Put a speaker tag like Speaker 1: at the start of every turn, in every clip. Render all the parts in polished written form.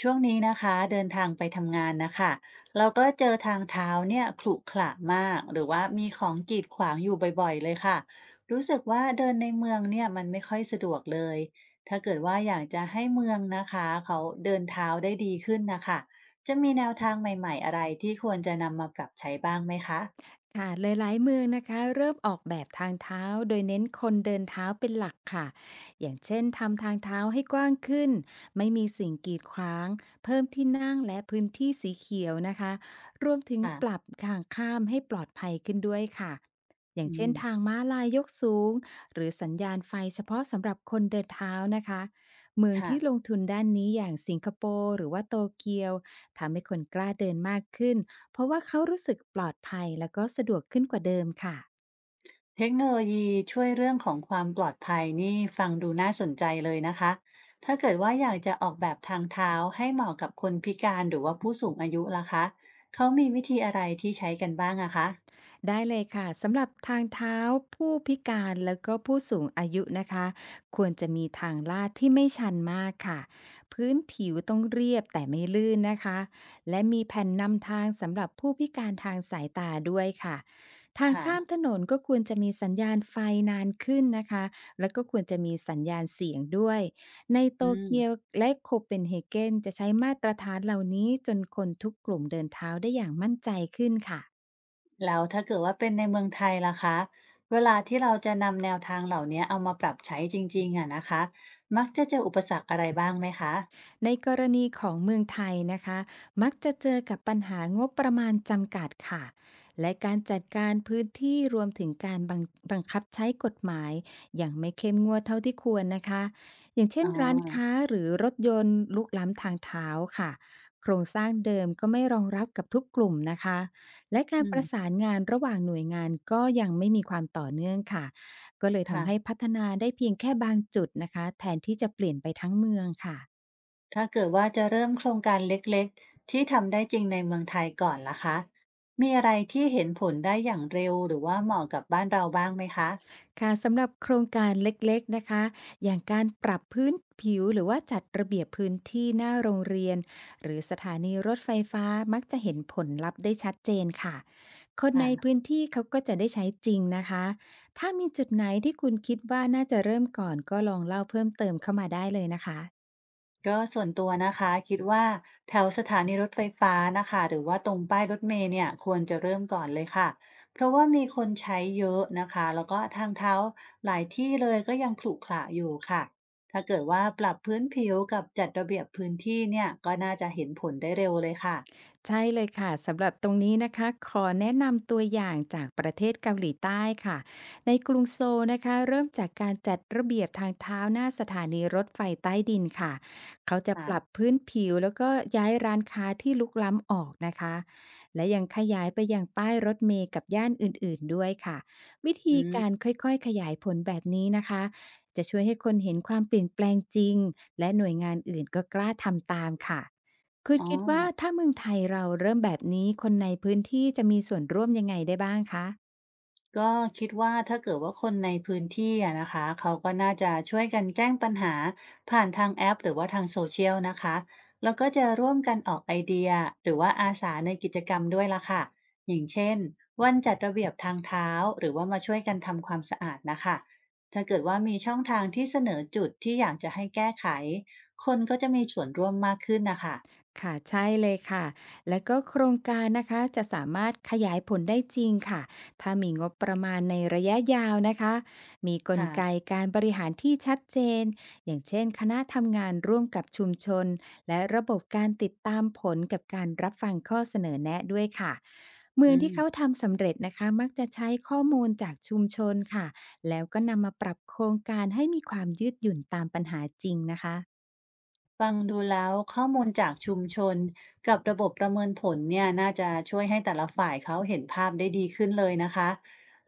Speaker 1: ช่วงนี้นะคะเดินทางไปทำงานนะคะเราก็เจอทางเท้าเนี่ยขรุขระมากหรือว่ามีของกีดขวางอยู่บ่อยๆเลยค่ะรู้สึกว่าเดินในเมืองเนี่ยมันไม่ค่อยสะดวกเลยถ้าเกิดว่าอยากจะให้เมืองนะคะเขาเดินเท้าได้ดีขึ้นนะคะจะมีแนวทางใหม่ๆอะไรที่ควรจะนำมาปรับใช้บ้างไหมคะ
Speaker 2: ค่ะหลายๆเมืองนะคะเริ่มออกแบบทางเท้าโดยเน้นคนเดินเท้าเป็นหลักค่ะอย่างเช่นทำทางเท้าให้กว้างขึ้นไม่มีสิ่งกีดขวางเพิ่มที่นั่งและพื้นที่สีเขียวนะคะรวมถึงป
Speaker 1: ค่ะ
Speaker 2: รับทางข้ามให้ปลอดภัยขึ้นด้วยค่ะอย่าง
Speaker 1: อื
Speaker 2: เช่น
Speaker 1: ม
Speaker 2: ทางม้าลายยกสูงหรือสัญญาณไฟเฉพาะสำหรับคนเดินเท้านะคะเมืองที่ล
Speaker 1: ค่ะ
Speaker 2: งทุนด้านนี้อย่างสิงคโปร์หรือว่าโตเกียวทำให้คนกล้าเดินมากขึ้น เพราะว่าเขารู้สึกปลอดภัยแล้วก็สะดวกขึ้นกว่าเดิมค่ะ
Speaker 1: เทคโนโลยีช่วยเรื่องของความปลอดภัยนี่ฟังดูน่าสนใจเลยนะคะถ้าเกิดว่าอยากจะออกแบบทางเท้าให้เหมาะกับคนพิการหรือว่าผู้สูงอายุล่ะคะเขามีวิธีอะไรที่ใช้กันบ้างอะคะ
Speaker 2: ได้เลยค่ะสำหรับทางเท้าผู้พิการแล้วก็ผู้สูงอายุนะคะควรจะมีทางลาดที่ไม่ชันมากค่ะพื้นผิวต้องเรียบแต่ไม่ลื่นนะคะและมีแผ่นนำทางสำหรับผู้พิการทางสายตาด้วยค่ะทาง
Speaker 1: ค่ะ
Speaker 2: ข้ามถนนก็ควรจะมีสัญญาณไฟนานขึ้นนะคะแล้วก็ควรจะมีสัญญาณเสียงด้วยในโต
Speaker 1: อืม
Speaker 2: เกียวและโคเปนเฮเกนจะใช้มาตรฐานเหล่านี้จนคนทุกกลุ่มเดินเท้าได้อย่างมั่นใจขึ้นค่ะ
Speaker 1: แล้วถ้าเกิดว่าเป็นในเมืองไทยล่ะคะเวลาที่เราจะนำแนวทางเหล่านี้เอามาปรับใช้จริงๆอะนะคะมักจะเจออุปสรรคอะไรบ้างไหมคะ
Speaker 2: ในกรณีของเมืองไทยนะคะมักจะเจอกับปัญหางบประมาณจำกัดค่ะและการจัดการพื้นที่รวมถึงการบังคับใช้กฎหมายอย่างไม่เข้มงวดเท่าที่ควรนะคะอย่างเช่
Speaker 1: อ๋
Speaker 2: น
Speaker 1: อ
Speaker 2: ร้านค้าหรือรถยนต์ลุกล้ำทางเท้าค่ะโครงสร้างเดิมก็ไม่รองรับกับทุกกลุ่มนะคะและกา
Speaker 1: อื
Speaker 2: รประสา
Speaker 1: ม
Speaker 2: นงานระหว่างหน่วยงานก็ยังไม่มีความต่อเนื่องค่ะก็เลยทำให้
Speaker 1: ค่ะ
Speaker 2: พัฒนาได้เพียงแค่บางจุดนะคะแทนที่จะเปลี่ยนไปทั้งเมืองค่ะ
Speaker 1: ถ้าเกิดว่าจะเริ่มโครงการเล็กๆที่ทำได้จริงในเมืองไทยก่อนล่ะคะมีอะไรที่เห็นผลได้อย่างเร็วหรือว่าเหมาะกับบ้านเราบ้างไหมคะ
Speaker 2: ค่ะสำหรับโครงการเล็กๆนะคะอย่างการปรับพื้นผิวหรือว่าจัดระเบียบพื้นที่หน้าโรงเรียนหรือสถานีรถไฟฟ้ามักจะเห็นผลลัพธ์ได้ชัดเจนค่ะ คนในพื้
Speaker 1: อ่ะ
Speaker 2: นที่เขาก็จะได้ใช้จริงนะคะ ถ้ามีจุดไหนที่คุณคิดว่าน่าจะเริ่มก่อนก็ลองเล่าเพิ่มเติมเข้ามาได้เลยนะคะ
Speaker 1: ก็ส่วนตัวนะคะคิดว่าแถวสถานีรถไฟฟ้านะคะหรือว่าตรงป้ายรถเมล์เนี่ยควรจะเริ่มก่อนเลยค่ะ เพราะว่ามีคนใช้เยอะนะคะแล้วก็ทางเท้าหลายที่เลยก็ยังขรุขระอยู่ค่ะ ถ้าเกิดว่าปรับพื้นผิวกับจัดระเบียบพื้นที่เนี่ยก็น่าจะเห็นผลได้เร็วเลยค่ะ
Speaker 2: ใช่เลยค่ะสำหรับตรงนี้นะคะขอแนะนำตัวอย่างจากประเทศเกาหลีใต้ค่ะในกรุงโซลนะคะเริ่มจากการจัดระเบียบทางเท้าหน้าสถานีรถไฟใต้ดินค่ะเขาจะปรับ
Speaker 1: อ่า
Speaker 2: พื้นผิวแล้วก็ย้ายร้านค้าที่ลุกล้ำออกนะคะและยังขยายไปยังป้ายรถเมล์กับย่านอื่นๆด้วยค่ะวิ
Speaker 1: อื
Speaker 2: ธี
Speaker 1: ม
Speaker 2: การค่อยๆขยายผลแบบนี้นะคะจะช่วยให้คนเห็นความเปลี่ยนแปลงจริงและหน่วยงานอื่นก็กล้าทำตามค่ะ คุณ
Speaker 1: อ๋อ
Speaker 2: คิดว่าถ้าเมืองไทยเราเริ่มแบบนี้คนในพื้นที่จะมีส่วนร่วมยังไงได้บ้างคะ
Speaker 1: ก็คิดว่าถ้าเกิดว่าคนในพื้นที่อะนะคะเขาก็น่าจะช่วยกันแจ้งปัญหาผ่านทางแอปหรือว่าทางโซเชียลนะคะแล้วก็จะร่วมกันออกไอเดียหรือว่าอาสาในกิจกรรมด้วยล่ะค่ะอย่างเช่นวันจัดระเบียบทางเท้าหรือว่ามาช่วยกันทำความสะอาดนะคะถ้าเกิดว่ามีช่องทางที่เสนอจุดที่อยากจะให้แก้ไขคนก็จะมีส่วนร่วมมากขึ้นนะคะ
Speaker 2: ค่ะใช่เลยค่ะและก็โครงการนะคะจะสามารถขยายผลได้จริงค่ะถ้ามีงบประมาณในระยะยาวนะคะมีกลไก
Speaker 1: ค่ะ
Speaker 2: การบริหารที่ชัดเจนอย่างเช่นคณะทำงานร่วมกับชุมชนและระบบการติดตามผลกับการรับฟังข้อเสนอแนะด้วยค่ะเมื
Speaker 1: อื
Speaker 2: องที่เขา
Speaker 1: ม
Speaker 2: ทำสำเร็จนะคะมักจะใช้ข้อมูลจากชุมชนค่ะแล้วก็นำมาปรับโครงการให้มีความยืดหยุ่นตามปัญหาจริงนะคะ
Speaker 1: ฟังดูแล้วข้อมูลจากชุมชนกับระบบประเมินผลเนี่ยน่าจะช่วยให้แต่ละฝ่ายเขาเห็นภาพได้ดีขึ้นเลยนะคะ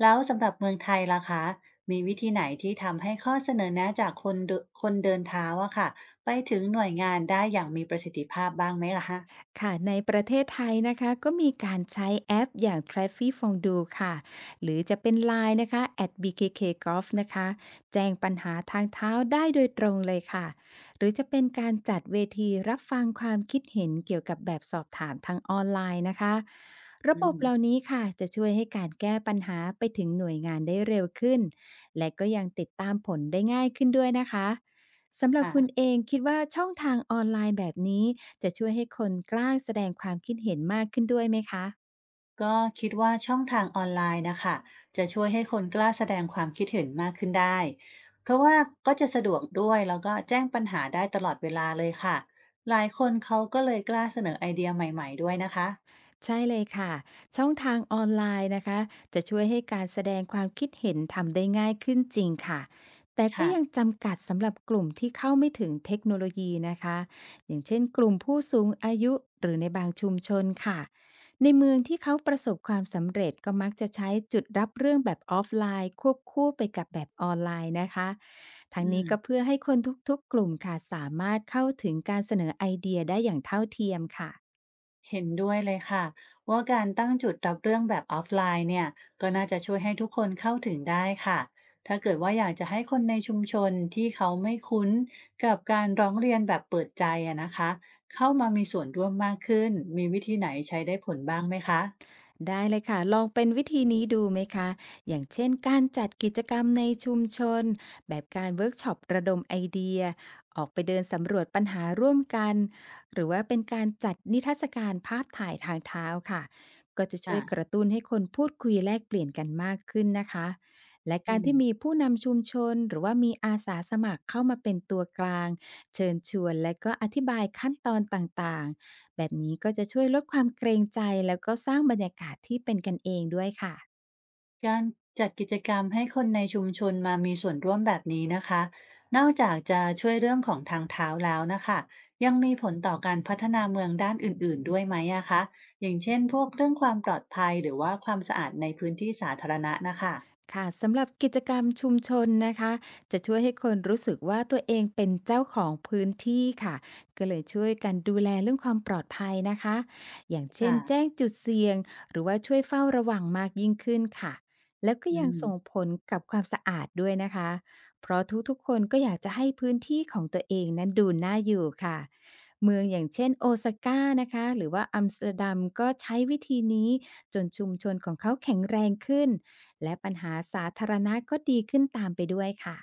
Speaker 1: แล้วสำหรับเมืองไทยล่ะคะมีวิธีไหนที่ทำให้ข้อเสนอแนะจากคนเดินเท้าอะค่ะไปถึงหน่วยงานได้อย่างมีประสิทธิภาพบ้างไหมล่ะคะ
Speaker 2: ค่ะในประเทศไทยนะคะก็มีการใช้แอปอย่าง Traffic Fondue ค่ะหรือจะเป็นไลน์นะคะ @BKK Golf นะคะแจ้งปัญหาทางเท้าได้โดยตรงเลยค่ะหรือจะเป็นการจัดเวทีรับฟังความคิดเห็นเกี่ยวกับแบบสอบถามทางออนไลน์นะคะระ
Speaker 1: อื
Speaker 2: บบ
Speaker 1: ม
Speaker 2: เหล่านี้ค่ะจะช่วยให้การแก้ปัญหาไปถึงหน่วยงานได้เร็วขึ้นและก็ยังติดตามผลได้ง่ายขึ้นด้วยนะคะ สำหรับคุณ
Speaker 1: ค่ะ
Speaker 2: เองคิดว่าช่องทางออนไลน์แบบนี้จะช่วยให้คนกล้าแสดงความคิดเห็นมากขึ้นด้วยไหมคะ
Speaker 1: ก็คิดว่าช่องทางออนไลน์นะคะจะช่วยให้คนกล้าแสดงความคิดเห็นมากขึ้นได้เพราะว่าก็จะสะดวกด้วยแล้วก็แจ้งปัญหาได้ตลอดเวลาเลยค่ะหลายคนเขาก็เลยกล้าเสนอไอเดียใหม่ๆด้วยนะคะ
Speaker 2: ใช่เลยค่ะช่องทางออนไลน์นะคะจะช่วยให้การแสดงความคิดเห็นทำได้ง่ายขึ้นจริงค่ะแต่ก็
Speaker 1: ค่ะ
Speaker 2: ยังจำกัดสำหรับกลุ่มที่เข้าไม่ถึงเทคโนโลยีนะคะอย่างเช่นกลุ่มผู้สูงอายุหรือในบางชุมชนค่ะในเมืองที่เขาประสบความสำเร็จก็มักจะใช้จุดรับเรื่องแบบออฟไลน์ควบคู่ไปกับแบบออนไลน์นะคะทั้
Speaker 1: อื
Speaker 2: งนี้ก็
Speaker 1: ม
Speaker 2: เพื่อให้คนทุกๆกลุ่มค่ะสามารถเข้าถึงการเสนอไอเดียได้อย่างเท่าเทียมค่ะ
Speaker 1: เห็นด้วยเลยค่ะว่าการตั้งจุดรับเรื่องแบบออฟไลน์เนี่ยก็น่าจะช่วยให้ทุกคนเข้าถึงได้ค่ะถ้าเกิดว่าอยากจะให้คนในชุมชนที่เขาไม่คุ้นกับการร้องเรียนแบบเปิดใจอะนะคะเข้ามามีส่วนร่วมมากขึ้นมีวิธีไหนใช้ได้ผลบ้างไหมคะ
Speaker 2: ได้เลยค่ะลองเป็นวิธีนี้ดูไหมคะอย่างเช่นการจัดกิจกรรมในชุมชนแบบการเวิร์กช็อประดมไอเดียออกไปเดินสำรวจปัญหาร่วมกันหรือว่าเป็นการจัดนิทรรศการภาพถ่ายทางเท้าค่ะก็จะ
Speaker 1: อ่ะ
Speaker 2: ช่วยกระตุ้นให้คนพูดคุยแลกเปลี่ยนกันมากขึ้นนะคะและกา
Speaker 1: อื
Speaker 2: ร
Speaker 1: ม
Speaker 2: ที่มีผู้นำชุมชนหรือว่ามีอาสาสมัครเข้ามาเป็นตัวกลางเชิญชวนและก็อธิบายขั้นตอนต่างๆ แบบนี้ก็จะช่วยลดความเกรงใจแล้วก็สร้างบรรยากาศที่เป็นกันเองด้วยค่ะ
Speaker 1: การจัดกิจกรรมให้คนในชุมชนมามีส่วนร่วมแบบนี้นะคะนอกจากจะช่วยเรื่องของทางเท้าแล้วนะคะยังมีผลต่อการพัฒนาเมืองด้านอื่นๆด้วยไหมอะคะอย่างเช่นพวกเรื่องความปลอดภัยหรือว่าความสะอาดในพื้นที่สาธารณะนะคะ
Speaker 2: ค่ะสำหรับกิจกรรมชุมชนนะคะจะช่วยให้คนรู้สึกว่าตัวเองเป็นเจ้าของพื้นที่ค่ะก็เลยช่วยกันดูแลเรื่องความปลอดภัยนะคะอย่างเช่นแจ้ง
Speaker 1: ค่ะ
Speaker 2: จุดเสี่ยงหรือว่าช่วยเฝ้าระวังมากยิ่งขึ้นค่ะแล้วก็
Speaker 1: อื
Speaker 2: ยังส่ง
Speaker 1: ม
Speaker 2: ผลกับความสะอาดด้วยนะคะเพราะทุกๆคนก็อยากจะให้พื้นที่ของตัวเองนั้นดูน่าอยู่ค่ะเมืองอย่างเช่นโอซาก้านะคะหรือว่าอัมสเตอร์ดัมก็ใช้วิธีนี้จนชุมชนของเขาแข็งแรงขึ้น และปัญหาสาธารณะก็ดีขึ้นตามไปด้วยค่ะ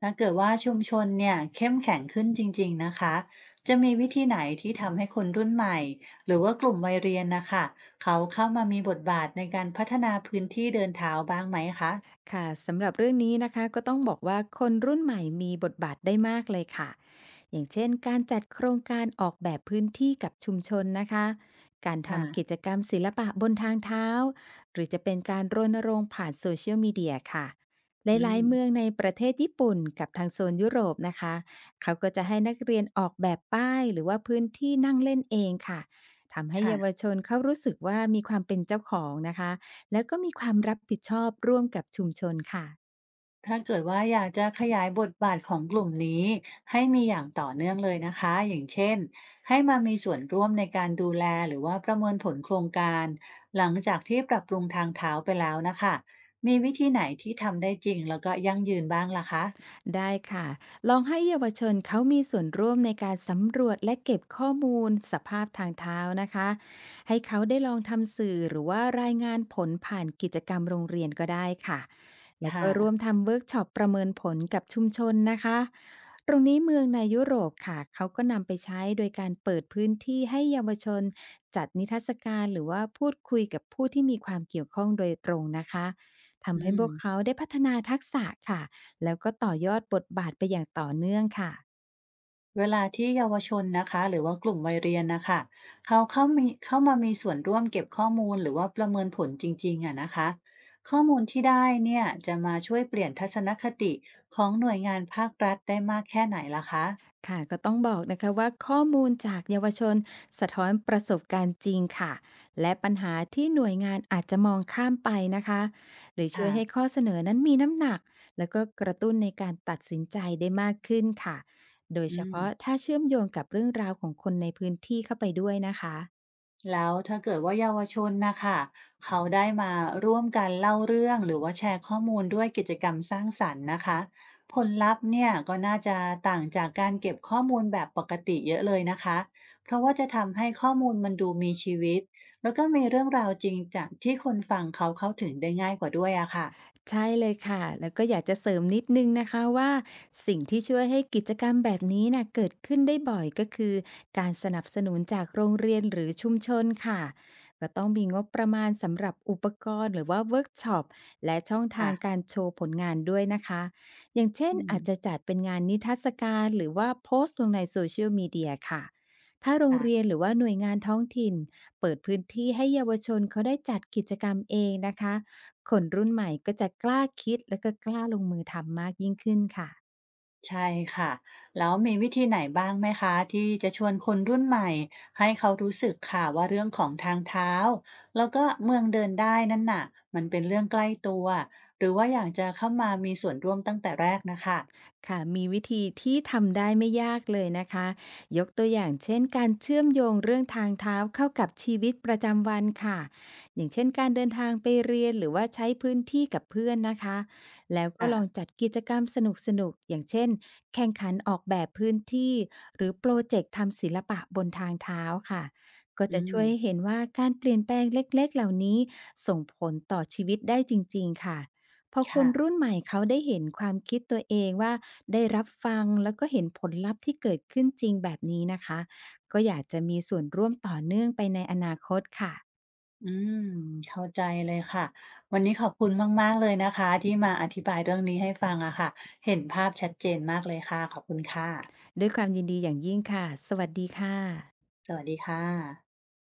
Speaker 1: ถ้าเกิดว่าชุมชนเนี่ยเข้มแข็งขึ้นจริงๆนะคะจะมีวิธีไหนที่ทำให้คนรุ่นใหม่หรือว่ากลุ่มวัยเรียนนะคะเขาเข้ามามีบทบาทในการพัฒนาพื้นที่เดินเท้าบ้างไหมคะ
Speaker 2: ค่ะสำหรับเรื่องนี้นะคะก็ต้องบอกว่าคนรุ่นใหม่มีบทบาทได้มากเลยค่ะอย่างเช่นการจัดโครงการออกแบบพื้นที่กับชุมชนนะคะการทำกิ
Speaker 1: ค่ะ
Speaker 2: จกรรมศิลปะบนทางเท้าหรือจะเป็นการรณรงค์ผ่านโซเชียลมีเดียค่ะห
Speaker 1: อื
Speaker 2: ลายๆเมือง
Speaker 1: ม
Speaker 2: ในประเทศญี่ปุ่นกับทางโซนยุโรปนะคะเขาก็จะให้นักเรียนออกแบบป้ายหรือว่าพื้นที่นั่งเล่นเองค่ะทำให้เยาว
Speaker 1: ค่ะ
Speaker 2: ชนเขารู้สึกว่ามีความเป็นเจ้าของนะคะ แล้วก็มีความรับผิดชอบร่วมกับชุมชนค่ะ
Speaker 1: ถ้าเกิดว่าอยากจะขยายบทบาทของกลุ่มนี้ให้มีอย่างต่อเนื่องเลยนะคะ อย่างเช่นให้มามีส่วนร่วมในการดูแลหรือว่าประเมินผลโครงการหลังจากที่ปรับปรุงทางเท้าไปแล้วนะคะ มีวิธีไหนที่ทำได้จริงแล้วก็ยั่งยืนบ้างล่ะคะ
Speaker 2: ได้ค่ะลองให้เยาวชนเขามีส่วนร่วมในการสำรวจและเก็บข้อมูลสภาพทางเท้านะคะให้เขาได้ลองทำสื่อหรือว่ารายงานผลผ่านกิจกรรมโรงเรียนก็ได้ค่ะและ
Speaker 1: ค่ะ
Speaker 2: ก็ร่วมทำเวิร์กช็อปประเมินผลกับชุมชนนะคะตรงนี้เมืองในยุโรปค่ะเขาก็นำไปใช้โดยการเปิดพื้นที่ให้เยาวชนจัดนิทรรศการหรือว่าพูดคุยกับผู้ที่มีความเกี่ยวข้องโดยตรงนะคะทำ
Speaker 1: อื
Speaker 2: ให้พวกเขา
Speaker 1: ม
Speaker 2: ได้พัฒนาทักษะค่ะ แล้วก็ต่อยอดบทบาทไปอย่างต่อเนื่องค่ะ
Speaker 1: เวลาที่เยาวชนนะคะหรือว่ากลุ่มวัยเรียนนะคะเขาเข้ามามีส่วนร่วมเก็บข้อมูลหรือว่าประเมินผลจริงๆอะนะคะข้อมูลที่ได้เนี่ยจะมาช่วยเปลี่ยนทัศนคติของหน่วยงานภาครัฐได้มากแค่ไหนล่ะคะ
Speaker 2: ค่ะก็ต้องบอกนะคะว่าข้อมูลจากเยาวชนสะท้อนประสบการณ์จริงค่ะและปัญหาที่หน่วยงานอาจจะมองข้ามไปนะคะหรือช่
Speaker 1: ค่ะ
Speaker 2: วยให้ข้อเสนอนั้นมีน้ำหนักแล้วก็กระตุ้นในการตัดสินใจได้มากขึ้นค่ะ โดย
Speaker 1: อื
Speaker 2: เฉ
Speaker 1: ม
Speaker 2: พาะถ้าเชื่อมโยงกับเรื่องราวของคนในพื้นที่เข้าไปด้วยนะคะ
Speaker 1: แล้วถ้าเกิดว่าเยาวชนนะคะเขาได้มาร่วมกันเล่าเรื่องหรือว่าแชร์ข้อมูลด้วยกิจกรรมสร้างสรรค์นะคะผลลัพธ์เนี่ยก็น่าจะต่างจากการเก็บข้อมูลแบบปกติเยอะเลยนะคะเพราะว่าจะทำให้ข้อมูลมันดูมีชีวิตแล้วก็มีเรื่องราวจริงจากที่คนฟังเขาเข้าถึงได้ง่ายกว่าด้วยอะค่ะ
Speaker 2: ใช่เลยค่ะ แล้วก็อยากจะเสริมนิดนึงนะคะว่าสิ่งที่ช่วยให้กิจกรรมแบบนี้น่ะเกิดขึ้นได้บ่อยก็คือการสนับสนุนจากโรงเรียนหรือชุมชนค่ะก็ต้องมีงบประมาณสำหรับอุปกรณ์หรือว่าเวิร์กช็อปและช่องทา
Speaker 1: ค่ะ
Speaker 2: งการโชว์ผลงานด้วยนะคะอย่างเช่น
Speaker 1: อืม
Speaker 2: อาจจะจัดเป็นงานนิทรรศการหรือว่าโพสต์ลงในโซเชียลมีเดียค่ะถ้าโรงเรีย
Speaker 1: ค่ะ
Speaker 2: นหรือว่าหน่วยงานท้องถิ่นเปิดพื้นที่ให้เยาวชนเขาได้จัดกิจกรรมเองนะคะ คนรุ่นใหม่ก็จะกล้าคิดแล้วก็กล้าลงมือทำมากยิ่งขึ้นค่ะ
Speaker 1: ใช่ค่ะแล้วมีวิธีไหนบ้างไหมคะที่จะชวนคนรุ่นใหม่ให้เขารู้สึกค่ะว่าเรื่องของทางเท้าแล้วก็เมืองเดินได้นั่นน่ะมันเป็นเรื่องใกล้ตัวหรือว่าอยากจะเข้ามามีส่วนร่วมตั้งแต่แรกนะคะ
Speaker 2: ค่ะมีวิธีที่ทำได้ไม่ยากเลยนะคะยกตัวอย่างเช่นการเชื่อมโยงเรื่องทางเท้าเข้ากับชีวิตประจำวันค่ะอย่างเช่นการเดินทางไปเรียนหรือว่าใช้พื้นที่กับเพื่อนนะคะแล้วก็ลอง
Speaker 1: ค่ะ
Speaker 2: จัดกิจกรรมสนุกๆอย่างเช่นแข่งขันออกแบบพื้นที่หรือโปรเจกต์ทำศิลปะบนทางเท้าค่ะก็
Speaker 1: อื
Speaker 2: จะช่ว
Speaker 1: ม
Speaker 2: ยให้เห็นว่าการเปลี่ยนแปลงเล็กๆเหล่านี้ส่งผลต่อชีวิตได้จริงๆค่ะ พอคน
Speaker 1: ค่ะ
Speaker 2: รุ่นใหม่เขาได้เห็นความคิดตัวเองว่าได้รับฟังแล้วก็เห็นผลลัพธ์ที่เกิดขึ้นจริงแบบนี้นะคะก็อยากจะมีส่วนร่วมต่อเนื่องไปในอนาคตค่ะ
Speaker 1: อืมเข้าใจเลยค่ะวันนี้ขอบคุณมากๆเลยนะคะที่มาอธิบายเรื่องนี้ให้ฟังอะค่ะเห็นภาพชัดเจนมากเลยค่ะขอบคุณค่ะ
Speaker 2: ด้วยความยินดีอย่างยิ่งค่ะสวัสดีค่ะ
Speaker 1: สวัสดีค่ะ